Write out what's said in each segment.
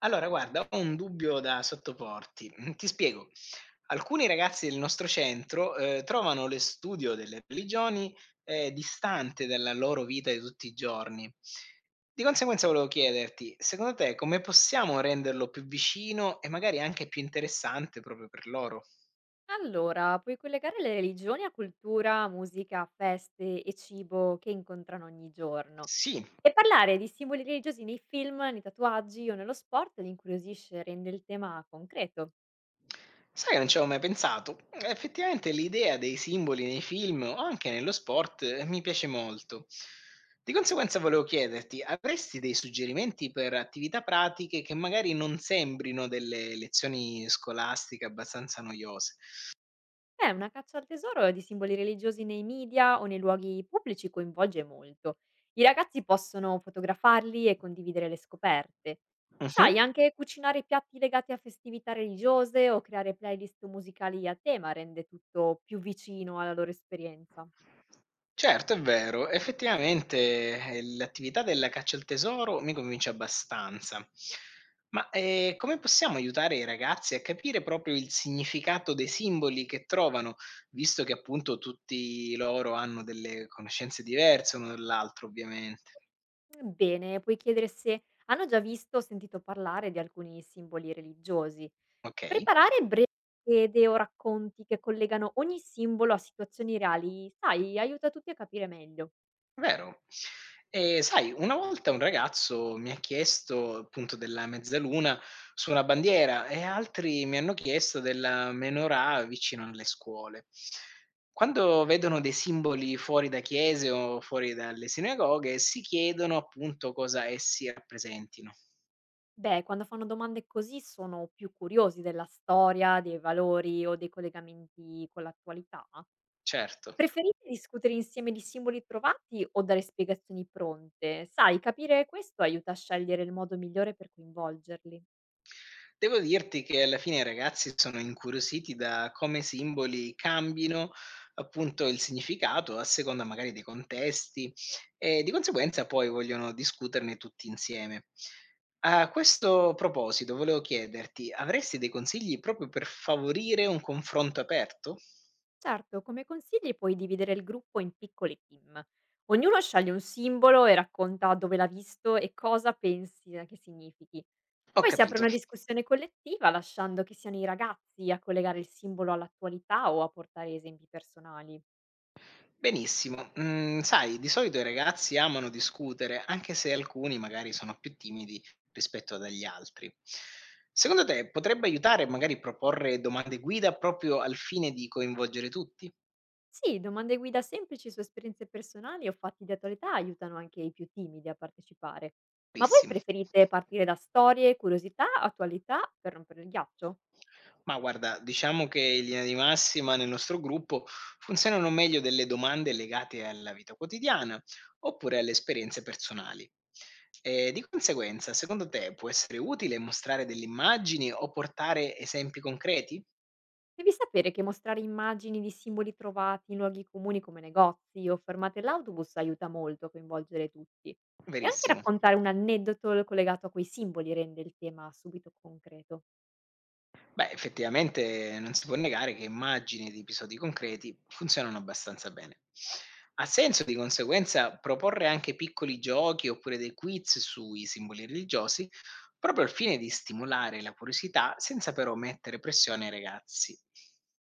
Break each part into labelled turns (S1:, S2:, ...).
S1: Allora guarda, ho un dubbio da sottoporti. Mhmm, ti spiego. Alcuni ragazzi del nostro centro, trovano le studio delle religioni, distante dalla loro vita di tutti i giorni. Di conseguenza volevo chiederti, secondo te come possiamo renderlo più vicino e magari anche più interessante proprio per loro?
S2: Allora, puoi collegare le religioni a cultura, musica, feste e cibo che incontrano ogni giorno.
S1: Sì.
S2: E parlare di simboli religiosi nei film, nei tatuaggi o nello sport li incuriosisce e rende il tema concreto.
S1: Sai che non ci avevo mai pensato? Effettivamente l'idea dei simboli nei film o anche nello sport mi piace molto. Di conseguenza volevo chiederti, avresti dei suggerimenti per attività pratiche che magari non sembrino delle lezioni scolastiche abbastanza noiose?
S2: Beh, una caccia al tesoro di simboli religiosi nei media o nei luoghi pubblici coinvolge molto. I ragazzi possono fotografarli e condividere le scoperte.
S1: Mhm.
S2: Sai, anche cucinare piatti legati a festività religiose o creare playlist musicali a tema rende tutto più vicino alla loro esperienza.
S1: Certo, è vero. Effettivamente, l'attività della caccia al tesoro mi convince abbastanza. Ma, come possiamo aiutare i ragazzi a capire proprio il significato dei simboli che trovano, visto che appunto tutti loro hanno delle conoscenze diverse uno dall'altro ovviamente?
S2: Bene, puoi chiedere se hanno già visto o sentito parlare di alcuni simboli religiosi.
S1: Okay.
S2: Preparare brevi schede o racconti che collegano ogni simbolo a situazioni reali, sai, aiuta tutti a capire meglio.
S1: Vero. E sai, una volta un ragazzo mi ha chiesto appunto della mezzaluna su una bandiera e altri mi hanno chiesto della menorah vicino alle scuole. Quando vedono dei simboli fuori da chiese o fuori dalle sinagoghe, si chiedono appunto cosa essi rappresentino.
S2: Beh, quando fanno domande così sono più curiosi della storia, dei valori o dei collegamenti con l'attualità.
S1: Certo.
S2: Preferite discutere insieme di simboli trovati o dare spiegazioni pronte? Sai, capire questo aiuta a scegliere il modo migliore per coinvolgerli.
S1: Devo dirti che alla fine i ragazzi sono incuriositi da come simboli cambino, appunto, il significato a seconda magari dei contesti e di conseguenza poi vogliono discuterne tutti insieme. A questo proposito volevo chiederti, avresti dei consigli proprio per favorire un confronto aperto?
S2: Certo, come consigli puoi dividere il gruppo in piccole team. Ognuno sceglie un simbolo e racconta dove l'ha visto e cosa pensi che significhi.
S1: Ho
S2: Poi si apre
S1: capito.
S2: una discussione collettiva, lasciando che siano i ragazzi a collegare il simbolo all'attualità o a portare esempi personali.
S1: Benissimo. Mhmm, sai, di solito i ragazzi amano discutere, anche se alcuni magari sono più timidi rispetto agli altri. Secondo te potrebbe aiutare magari proporre domande guida proprio al fine di coinvolgere tutti?
S2: Sì, domande guida semplici su esperienze personali o fatti di attualità aiutano anche i più timidi a partecipare. Ma voi
S1: Benissimo.
S2: preferite partire da storie, curiosità, attualità per rompere il ghiaccio?
S1: Ma guarda, diciamo che in linea di massima nel nostro gruppo funzionano meglio delle domande legate alla vita quotidiana oppure alle esperienze personali. E di conseguenza, secondo te può essere utile mostrare delle immagini o portare esempi concreti?
S2: Devi sapere che mostrare immagini di simboli trovati in luoghi comuni come negozi o fermate all'autobus aiuta molto a coinvolgere tutti. E anche
S1: Verissimo.
S2: raccontare un aneddoto collegato a quei simboli rende il tema subito concreto.
S1: Beh, effettivamente non si può negare che immagini ed episodi concreti funzionano abbastanza bene. Ha senso di conseguenza proporre anche piccoli giochi oppure dei quiz sui simboli religiosi, proprio al fine di stimolare la curiosità senza però mettere pressione ai ragazzi.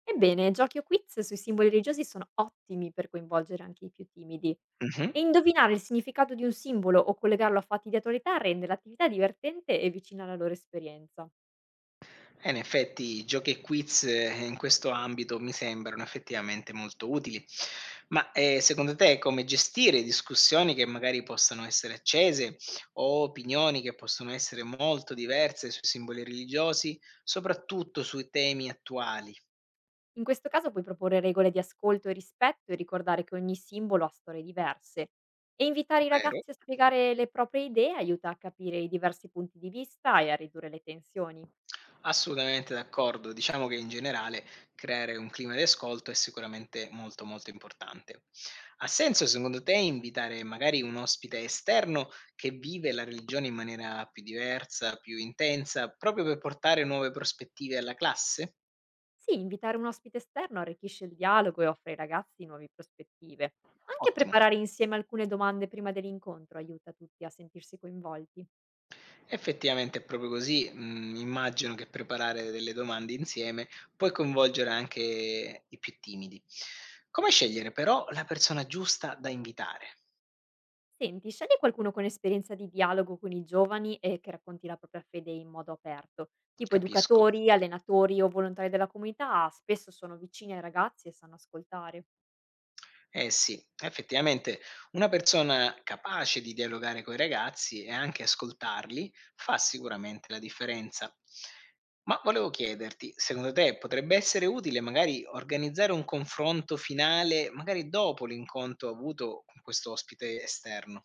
S2: Ebbene, giochi o quiz sui simboli religiosi sono ottimi per coinvolgere anche i più timidi.
S1: Mhm.
S2: E indovinare il significato di un simbolo o collegarlo a fatti di attualità rende l'attività divertente e vicina alla loro esperienza.
S1: In effetti giochi e quiz, in questo ambito mi sembrano effettivamente molto utili. Ma, secondo te come gestire discussioni che magari possano essere accese o opinioni che possono essere molto diverse sui simboli religiosi, soprattutto sui temi attuali,
S2: In questo caso puoi proporre regole di ascolto e rispetto e ricordare che ogni simbolo ha storie diverse. E invitare i
S1: vero?
S2: ragazzi a spiegare le proprie idee aiuta a capire i diversi punti di vista e a ridurre le tensioni.
S1: Assolutamente d'accordo. Diciamo che in generale creare un clima di ascolto è sicuramente molto, molto importante. Ha senso secondo te invitare magari un ospite esterno che vive la religione in maniera più diversa, più intensa, proprio per portare nuove prospettive alla classe?
S2: Sì, invitare un ospite esterno arricchisce il dialogo e offre ai ragazzi nuove prospettive. Anche
S1: Ottimo.
S2: preparare insieme alcune domande prima dell'incontro aiuta tutti a sentirsi coinvolti.
S1: Effettivamente è proprio così. Immagino che preparare delle domande insieme puoi coinvolgere anche i più timidi. Come scegliere però la persona giusta da invitare?
S2: Senti, scegli qualcuno con esperienza di dialogo con i giovani e che racconti la propria fede in modo aperto. Tipo
S1: Capisco.
S2: educatori, allenatori o volontari della comunità spesso sono vicini ai ragazzi e sanno ascoltare.
S1: Eh sì, effettivamente una persona capace di dialogare coi ragazzi e anche ascoltarli fa sicuramente la differenza. Ma volevo chiederti, secondo te potrebbe essere utile magari organizzare un confronto finale, magari dopo l'incontro avuto con questo ospite esterno?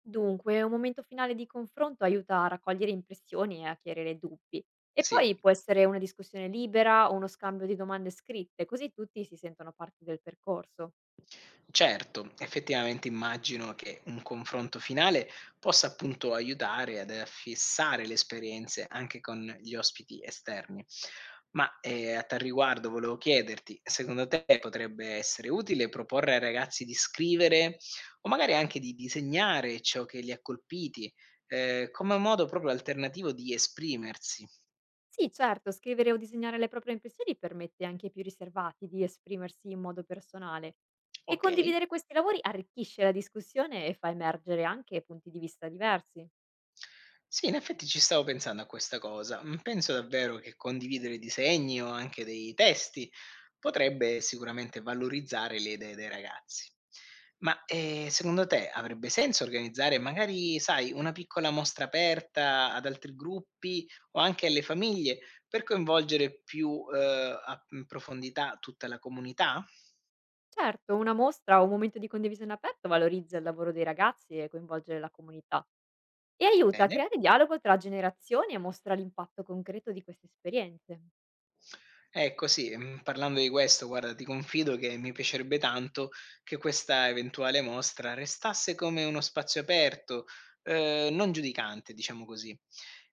S2: Dunque, un momento finale di confronto aiuta a raccogliere impressioni e a chiarire dubbi. E
S1: Sì.
S2: poi può essere una discussione libera o uno scambio di domande scritte, così tutti si sentono parte del percorso.
S1: Certo, effettivamente immagino che un confronto finale possa appunto aiutare ad affissare le esperienze anche con gli ospiti esterni. Ma a tal riguardo volevo chiederti, secondo te potrebbe essere utile proporre ai ragazzi di scrivere o magari anche di disegnare ciò che li ha colpiti, come modo proprio alternativo di esprimersi?
S2: Sì, certo, scrivere o disegnare le proprie impressioni permette anche ai più riservati di esprimersi in modo personale, e
S1: Ok.
S2: condividere questi lavori arricchisce la discussione e fa emergere anche punti di vista diversi.
S1: Sì, in effetti ci stavo pensando a questa cosa. Penso davvero che condividere disegni o anche dei testi potrebbe sicuramente valorizzare le idee dei ragazzi. Ma secondo te avrebbe senso organizzare magari, sai, una piccola mostra aperta ad altri gruppi o anche alle famiglie per coinvolgere più in profondità tutta la comunità?
S2: Certo, una mostra o un momento di condivisione aperto valorizza il lavoro dei ragazzi e coinvolge la comunità, e aiuta a
S1: Bene.
S2: creare dialogo tra generazioni e mostra l'impatto concreto di queste esperienze.
S1: Ecco sì, mhmm, parlando di questo, guarda, ti confido che mi piacerebbe tanto che questa eventuale mostra restasse come uno spazio aperto, non giudicante, diciamo così.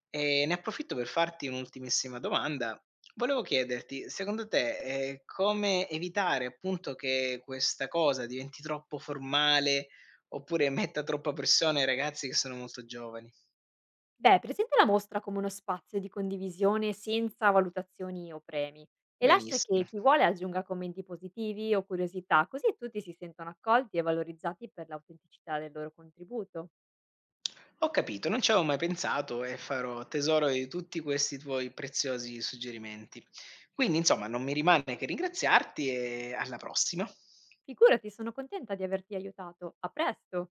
S1: Ne approfitto per farti un'ultimissima domanda. Volevo chiederti, secondo te, come evitare appunto che questa cosa diventi troppo formale, oppure metta troppa pressione ai ragazzi che sono molto giovani?
S2: Beh, presenta la mostra come uno spazio di condivisione senza valutazioni o premi, e lascia che
S1: Benissimo.
S2: chi vuole aggiunga commenti positivi o curiosità, così tutti si sentono accolti e valorizzati per l'autenticità del loro contributo.
S1: Ho capito, non ci avevo mai pensato e farò tesoro di tutti questi tuoi preziosi suggerimenti. Quindi, insomma, non mi rimane che ringraziarti e alla prossima.
S2: Figurati, sono contenta di averti aiutato. A presto!